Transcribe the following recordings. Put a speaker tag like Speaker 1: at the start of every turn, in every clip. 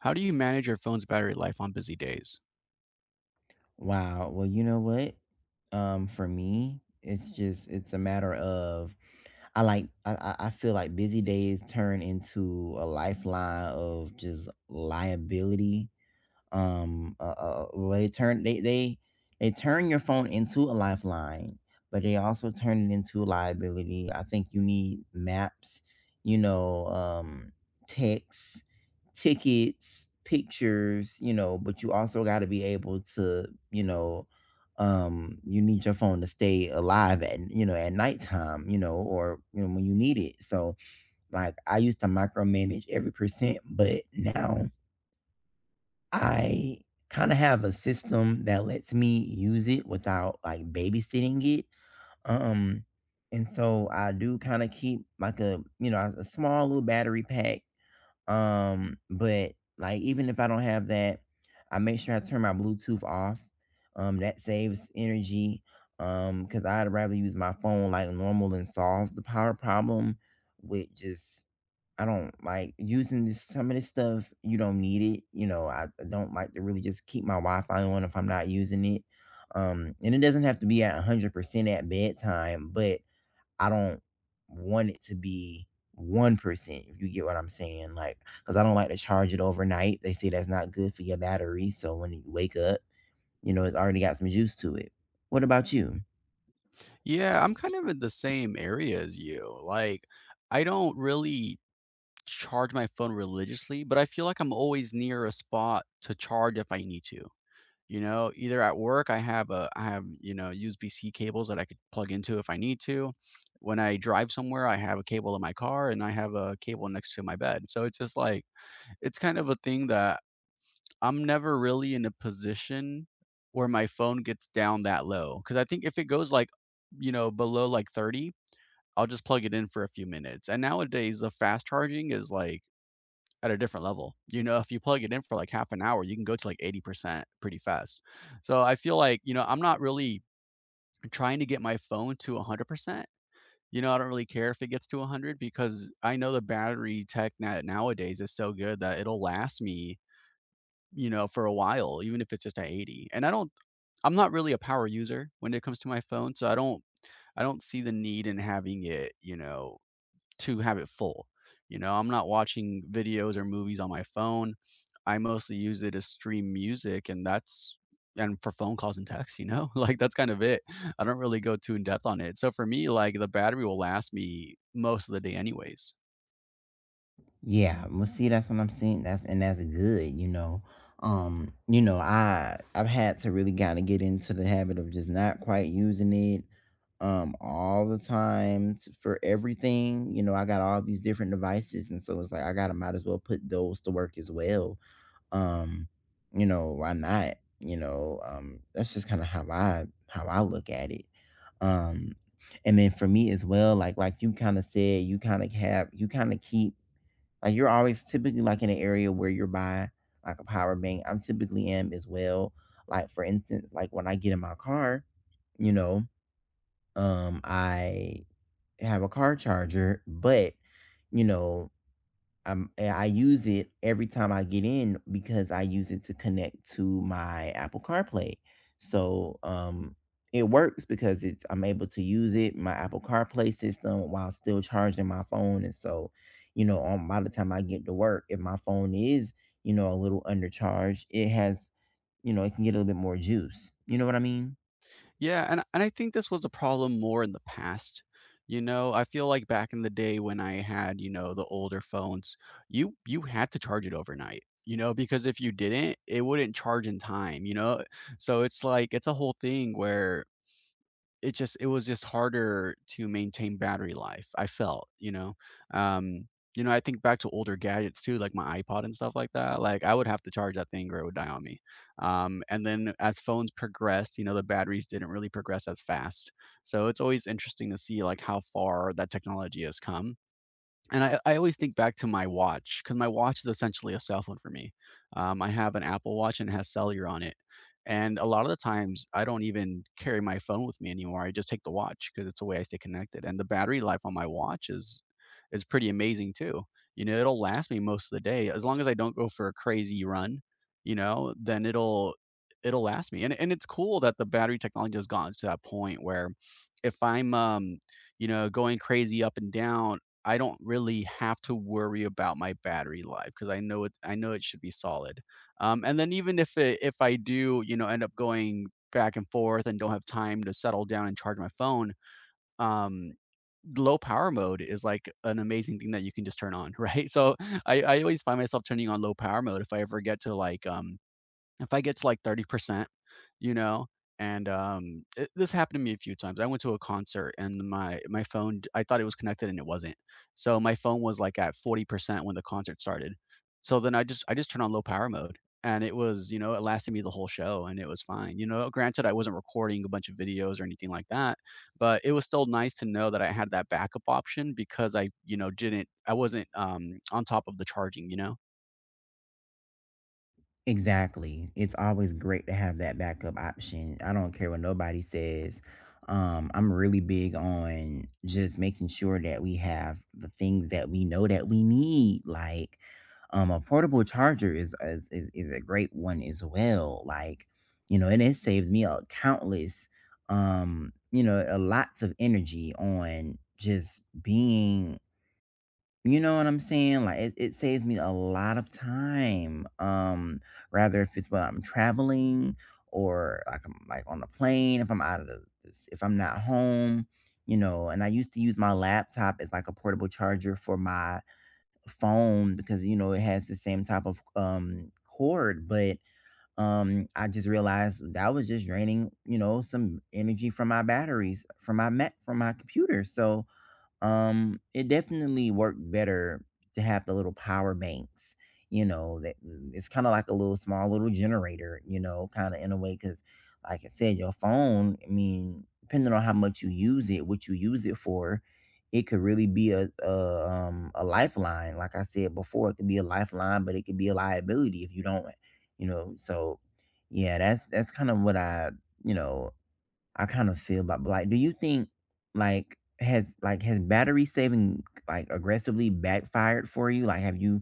Speaker 1: How do you manage your phone's battery life on busy days?
Speaker 2: Wow. Well, you know what? For me, it's a matter of I feel like busy days turn into a lifeline of just liability. um uh, uh well, they turn they they they turn your phone into a lifeline, but they also turn it into a liability. I think you need maps, you know, texts, tickets, pictures, you know, but you also got to be able to, you know, you need your phone to stay alive at, you know, at nighttime, you know, or, you know, when you need it. So like I used to micromanage every percent, but now I kinda have a system that lets me use it without, like, babysitting it, um, and so I do kinda keep, like, a small little battery pack, but like even if I don't have that, I make sure I turn my Bluetooth off. That saves energy. Because I'd rather use my phone like normal and solve the power problem with just— I don't like using this some of this stuff, you don't need it. You know, I don't like to really just keep my Wi-Fi on if I'm not using it. And it doesn't have to be at 100% at bedtime, but I don't want it to be 1%, if you get what I'm saying, like, 'cause I am saying like, cause I do not like to charge it overnight. They say that's not good for your battery, so when you wake up, you know, it's already got some juice to it. What about you?
Speaker 1: Yeah, I'm kind of in the same area as you. Like, I don't really charge my phone religiously, but I feel like I'm always near a spot to charge if I need to. You know, either at work I have, you know, USB-C cables that I could plug into if I need to. When I drive somewhere, I have a cable in my car and I have a cable next to my bed. So it's just like it's kind of a thing that I'm never really in a position where my phone gets down that low, because I think if it goes, like, you know, below, like, 30, I'll just plug it in for a few minutes, and nowadays, the fast charging is, like, at a different level, you know, if you plug it in for, like, half an hour, you can go to, like, 80% pretty fast. So, I feel like, you know, I'm not really trying to get my phone to 100%. You know, I don't really care if it gets to 100 because I know the battery tech na nowadays is so good that it'll last me, you know, for a while, even if it's just a 80, and I'm not really a power user when it comes to my phone, so I don't see the need in having it, you know, to have it full. You know, I'm not watching videos or movies on my phone. I mostly use it to stream music, and that's and for phone calls and texts, you know, like, that's kind of it. I don't really go too in depth on it, so for me, like, the battery will last me most of the day anyways.
Speaker 2: Yeah, well, see, that's what I'm saying. That's good, you know. You know, I I've had to really kind of get into the habit of just not quite using it all the time for everything. You know, I got all these different devices, and so it's like I gotta might as well put those to work as well. um you know, why not, you know? That's just kind of how I look at it. um and then for me as well, like you kind of said, you kind of have, you kind of keep, like, you're always typically like in an area where you're by like a power bank. I'm typically am as well. Like, for instance, like when I get in my car, you know, I have a car charger, but, you know, and I use it every time I get in because I use it to connect to my Apple CarPlay. So it works because it's I'm able to use it my Apple CarPlay system while still charging my phone. And so, you know, on by the time I get to work, if my phone is, you know, a little undercharged, it has, you know, it can get a little bit more juice. You know what I mean?
Speaker 1: Yeah, and I think this was a problem more in the past. You know, I feel like back in the day when I had, you know, the older phones, you had to charge it overnight, you know, because if you didn't, it wouldn't charge in time, you know? So it's like it's a whole thing where it was just harder to maintain battery life, I felt, you know? Um, you know, I think back to older gadgets too, like my iPod and stuff like that. Like I would have to charge that thing or it would die on me. And then as phones progressed, you know, the batteries didn't really progress as fast. So it's always interesting to see like how far that technology has come, and I always think back to my watch because my watch is essentially a cell phone for me. I have an Apple Watch and it has cellular on it, and a lot of the times, I don't even carry my phone with me anymore, I just take the watch because it's a way I stay connected, and the battery life on my watch is pretty amazing too. You know, it'll last me most of the day, as long as I don't go for a crazy run, you know, then it'll last me, and it's cool that the battery technology has gotten to that point where if I'm, you know, going crazy up and down, I don't really have to worry about my battery life because I know it should be solid. And then even if I do, you know, end up going back and forth and don't have time to settle down and charge my phone, um, low power mode is like an amazing thing that you can just turn on, right? So I always find myself turning on low power mode if I ever get to like, if I get to like 30%, you know, and this happened to me a few times. I went to a concert and my phone. I thought it was connected and it wasn't. So my phone was like at 40% when the concert started. So then I just turned on low power mode and it was, you know, it lasted me the whole show and it was fine. You know, granted I wasn't recording a bunch of videos or anything like that, but it was still nice to know that I had that backup option because I, you know, didn't I wasn't on top of the charging, you know.
Speaker 2: Exactly. It's always great to have that backup option. I don't care what nobody says. I'm really big on just making sure that we have the things that we know that we need. Like, a portable charger is a great one as well. Like, you know, and it saved me a countless, you know, a lots of energy on just being, you know what I'm saying? Like, it saves me a lot of time, rather if it's when I'm traveling or, like, I'm, like, on the plane, if I'm out of the— if I'm not home, you know, and I used to use my laptop as, like, a portable charger for my phone because, you know, it has the same type of, cord, but, I just realized that was just draining, you know, some energy from my batteries, from my Mac from my computer, so it definitely worked better to have the little power banks, you know, that it's kind of like a little small little generator, you know, kind of in a way, because like I said, your phone, I mean, depending on how much you use it, what you use it for, it could really be a, a lifeline. Like I said before, it could be a lifeline, but it could be a liability if you don't, you know. So yeah, that's kind of what I, you know, I kind of feel about, but like, do you think like has battery saving like aggressively backfired for you? Like, have you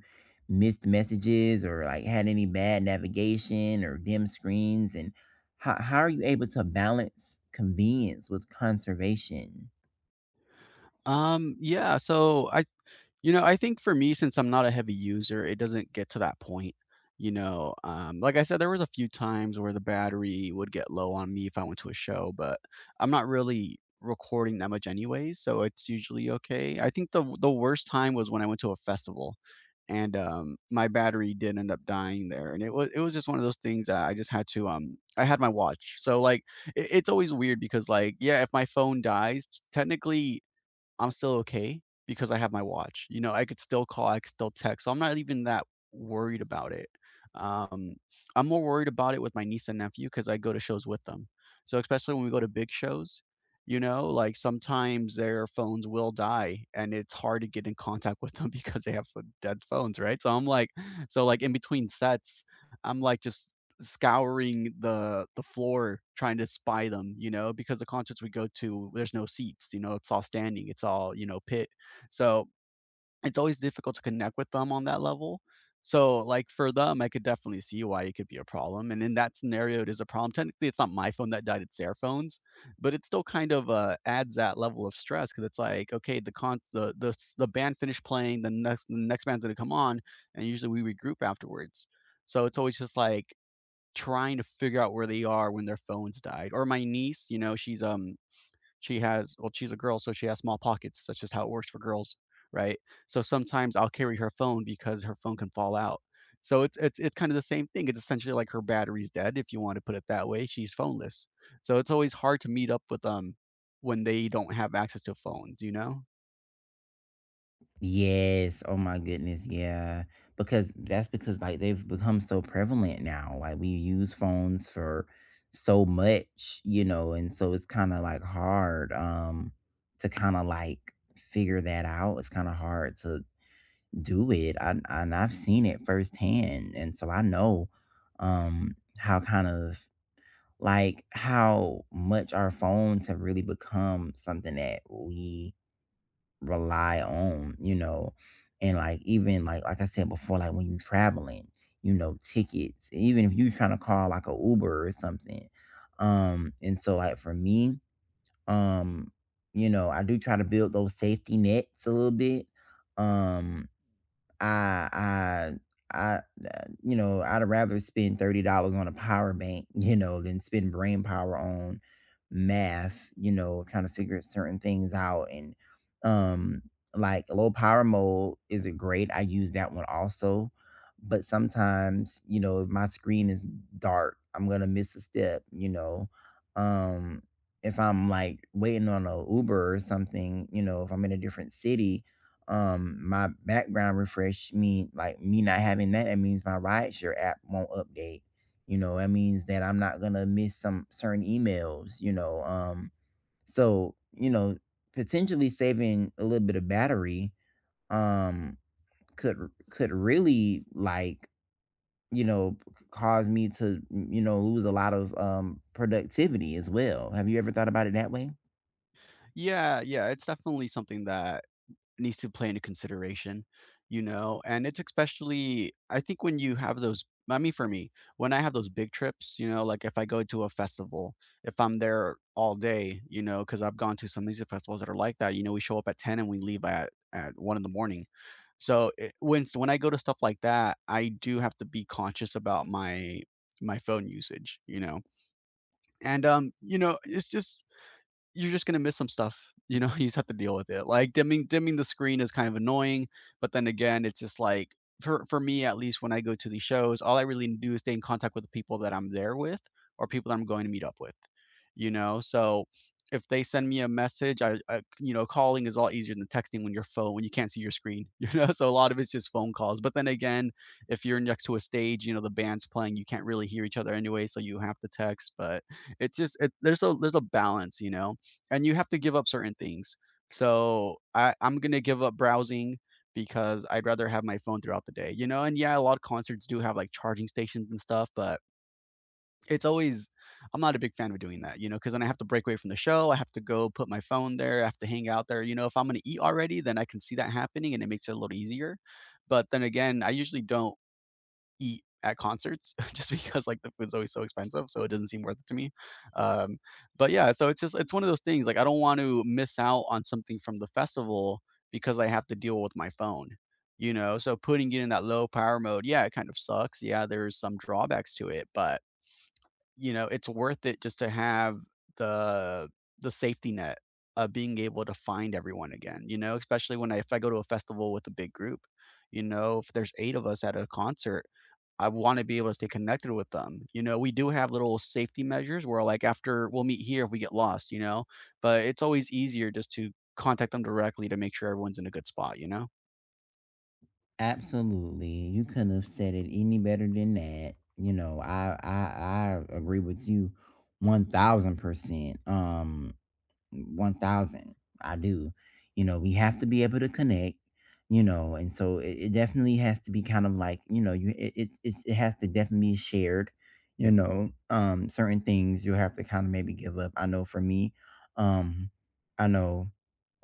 Speaker 2: missed messages or like had any bad navigation or dim screens? And how are you able to balance convenience with conservation?
Speaker 1: Yeah, so I You know, I think for me, since I'm not a heavy user, it doesn't get to that point. You know, like I said, there was a few times where the battery would get low on me if I went to a show, but I'm not really recording that much anyways, so it's usually okay. I think the worst time was when I went to a festival, and my battery did end up dying there, and it was just one of those things that I just had to I had my watch, so like it, it's always weird because like yeah, if my phone dies, technically I'm still okay because I have my watch. You know, I could still call, I could still text, so I'm not even that worried about it. Um, I'm more worried about it with my niece and nephew because I go to shows with them. So especially when we go to big shows, you know, like sometimes their phones will die and it's hard to get in contact with them because they have ph dead phones, right? So I'm like so like in between sets, I'm like just scouring the floor trying to spy them, you know, because the concerts we go to, there's no seats, you know, it's all standing, it's all, you know, pit. So it's always difficult to connect with them on that level. So like for them, I could definitely see why it could be a problem. And in that scenario, it is a problem. Technically, it's not my phone that died, it's their phones, but it still kind of adds that level of stress because it's like, okay, the band finished playing, the next band's gonna come on, and usually we regroup afterwards. So it's always just like trying to figure out where they are when their phones died. Or my niece, you know, she's she has well, she's a girl, so she has small pockets. That's just how it works for girls, right? So sometimes I'll carry her phone because her phone can fall out. So it's kind of the same thing. It's essentially like her battery's dead, if you want to put it that way. She's phoneless. So it's always hard to meet up with them when they don't have access to phones, you know?
Speaker 2: Yes. Oh my goodness. Yeah. Because that's because like they've become so prevalent now. Like we use phones for so much, you know, and so it's kind of like hard, to kind of like figure that out. It's kind of hard to do it. I've seen it firsthand. And so I know, how kind of like how much our phones have really become something that we rely on, you know, and like even like I said before, like when you're traveling, you know, tickets, even if you trying to call like a Uber or something. And so like for me, um, you know, I do try to build those safety nets a little bit. Um, I I I you know, I'd rather spend $30 on a power bank, you know, than spend brain power on math, you know, trying to figure certain things out. And um like low power mode is a great. I use that one also. But sometimes, you know, if my screen is dark, I'm gonna miss a step, you know. Um if I'm like waiting on a Uber or something, you know, if I'm in a different city, my background refresh mean like me not having that, that means my rideshare app won't update, you know, that means that I'm not gonna miss some certain emails, you know. So you know, potentially saving a little bit of battery um could really like, you know, cause me to, you know, lose a lot of productivity as well. Have you ever thought about it that way?
Speaker 1: Yeah, yeah. It's definitely something that needs to play into consideration, you know, and it's especially I think when you have those I mean, for me, when I have those big trips, you know, like if I go to a festival, if I'm there all day, you know, because I've gone to some music festivals that are like that, you know, we show up at 10 and we leave at, one in the morning. So it, when I go to stuff like that, I do have to be conscious about my phone usage, you know. And you know, it's just you're just gonna miss some stuff, you know? You just have to deal with it. Like, dimming the screen is kind of annoying, but then again, it's just like for me, at least when I go to these shows, all I really need to do is stay in contact with the people that I'm there with or people that I'm going to meet up with, you know? So, if they send me a message, I you know, calling is a lot easier than texting when your phone when you can't see your screen, you know? So, a lot of it's just phone calls, but then again, if you're next to a stage, you know, the band's playing, you can't really hear each other anyway, so you have to text, but it's just it there's a balance, you know? And you have to give up certain things. So I'm gonna give up browsing because I'd rather have my phone throughout the day, you know. And yeah, a lot of concerts do have like charging stations and stuff, but it's always I'm not a big fan of doing that, you know, because then I have to break away from the show. I have to go put my phone there. I have to hang out there. You know, if I'm gonna eat already, then I can see that happening, and it makes it a little easier. But then again, I usually don't eat at concerts just because like the food's always so expensive, so it doesn't seem worth it to me. Um, but yeah, so it's one of those things like I don't want to miss out on something from the festival because I have to deal with my phone, you know? So putting it in that low power mode, yeah, it kind of sucks. Yeah, there's some drawbacks to it, but you know, it's worth it just to have the the safety net of being able to find everyone again, you know, especially when I if I go to a festival with a big group, you know, if there's 8 of us at a concert, I wanna be able to stay connected with them, you know, we do have little safety measures where, like, after we'll meet here if we get lost, you know, but it's always easier just to contact them directly to make sure everyone's in a good spot, you know?
Speaker 2: Absolutely. You couldn't have said it any better than that. You know, I agree with you 1000%. 1000. I do. You know, we have to be able to connect, you know, and so it definitely has to be kind of like, you know, you it it's, it has to definitely be shared, you know. Certain things you have to kind of maybe give up. I know for me, um I know,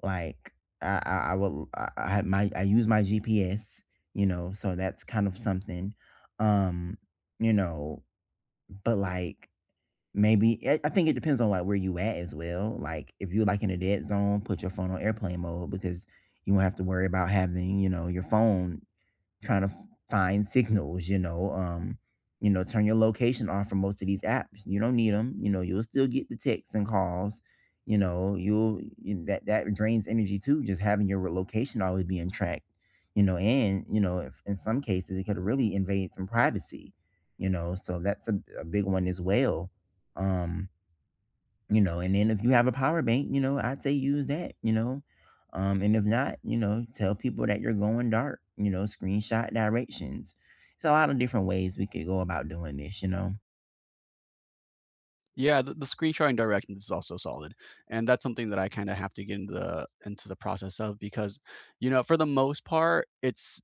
Speaker 2: like, I will I had my I use my GPS, you know, so that's kind of something. Um, you know, but, like, maybe I think it depends on, like, where you at as well. Like, if you, like, in a dead zone, put your phone on airplane mode because you won't have to worry about having, you know, your phone trying to find signals, you know, turn your location off from most of these apps. You don't need them. You know, you'll still get the texts and calls. You know, that that drains energy too. Just having your location always being tracked. You know, and you know, if, in some cases, it could really invade some privacy. You know, so that's a big one as well. Um, you know, and then if you have a power bank, you know, I'd say use that, you know. And if not, you know, tell people that you're going dark, you know, screenshot directions. It's a lot of different ways we could go about doing this, you know.
Speaker 1: Yeah, the screenshot and directions is also solid, and that's something that I kind of have to get into the process of because, you know, for the most part,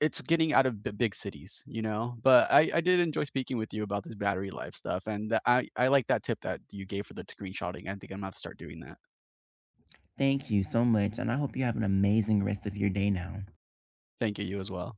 Speaker 1: it's getting out of big cities, you know. But I did enjoy speaking with you about this battery life stuff, and I like that tip that you gave for the screenshotting. I think I'm gonna have to start doing that.
Speaker 2: Thank you so much, and I hope you have an amazing rest of your day now.
Speaker 1: Thank you, you as well.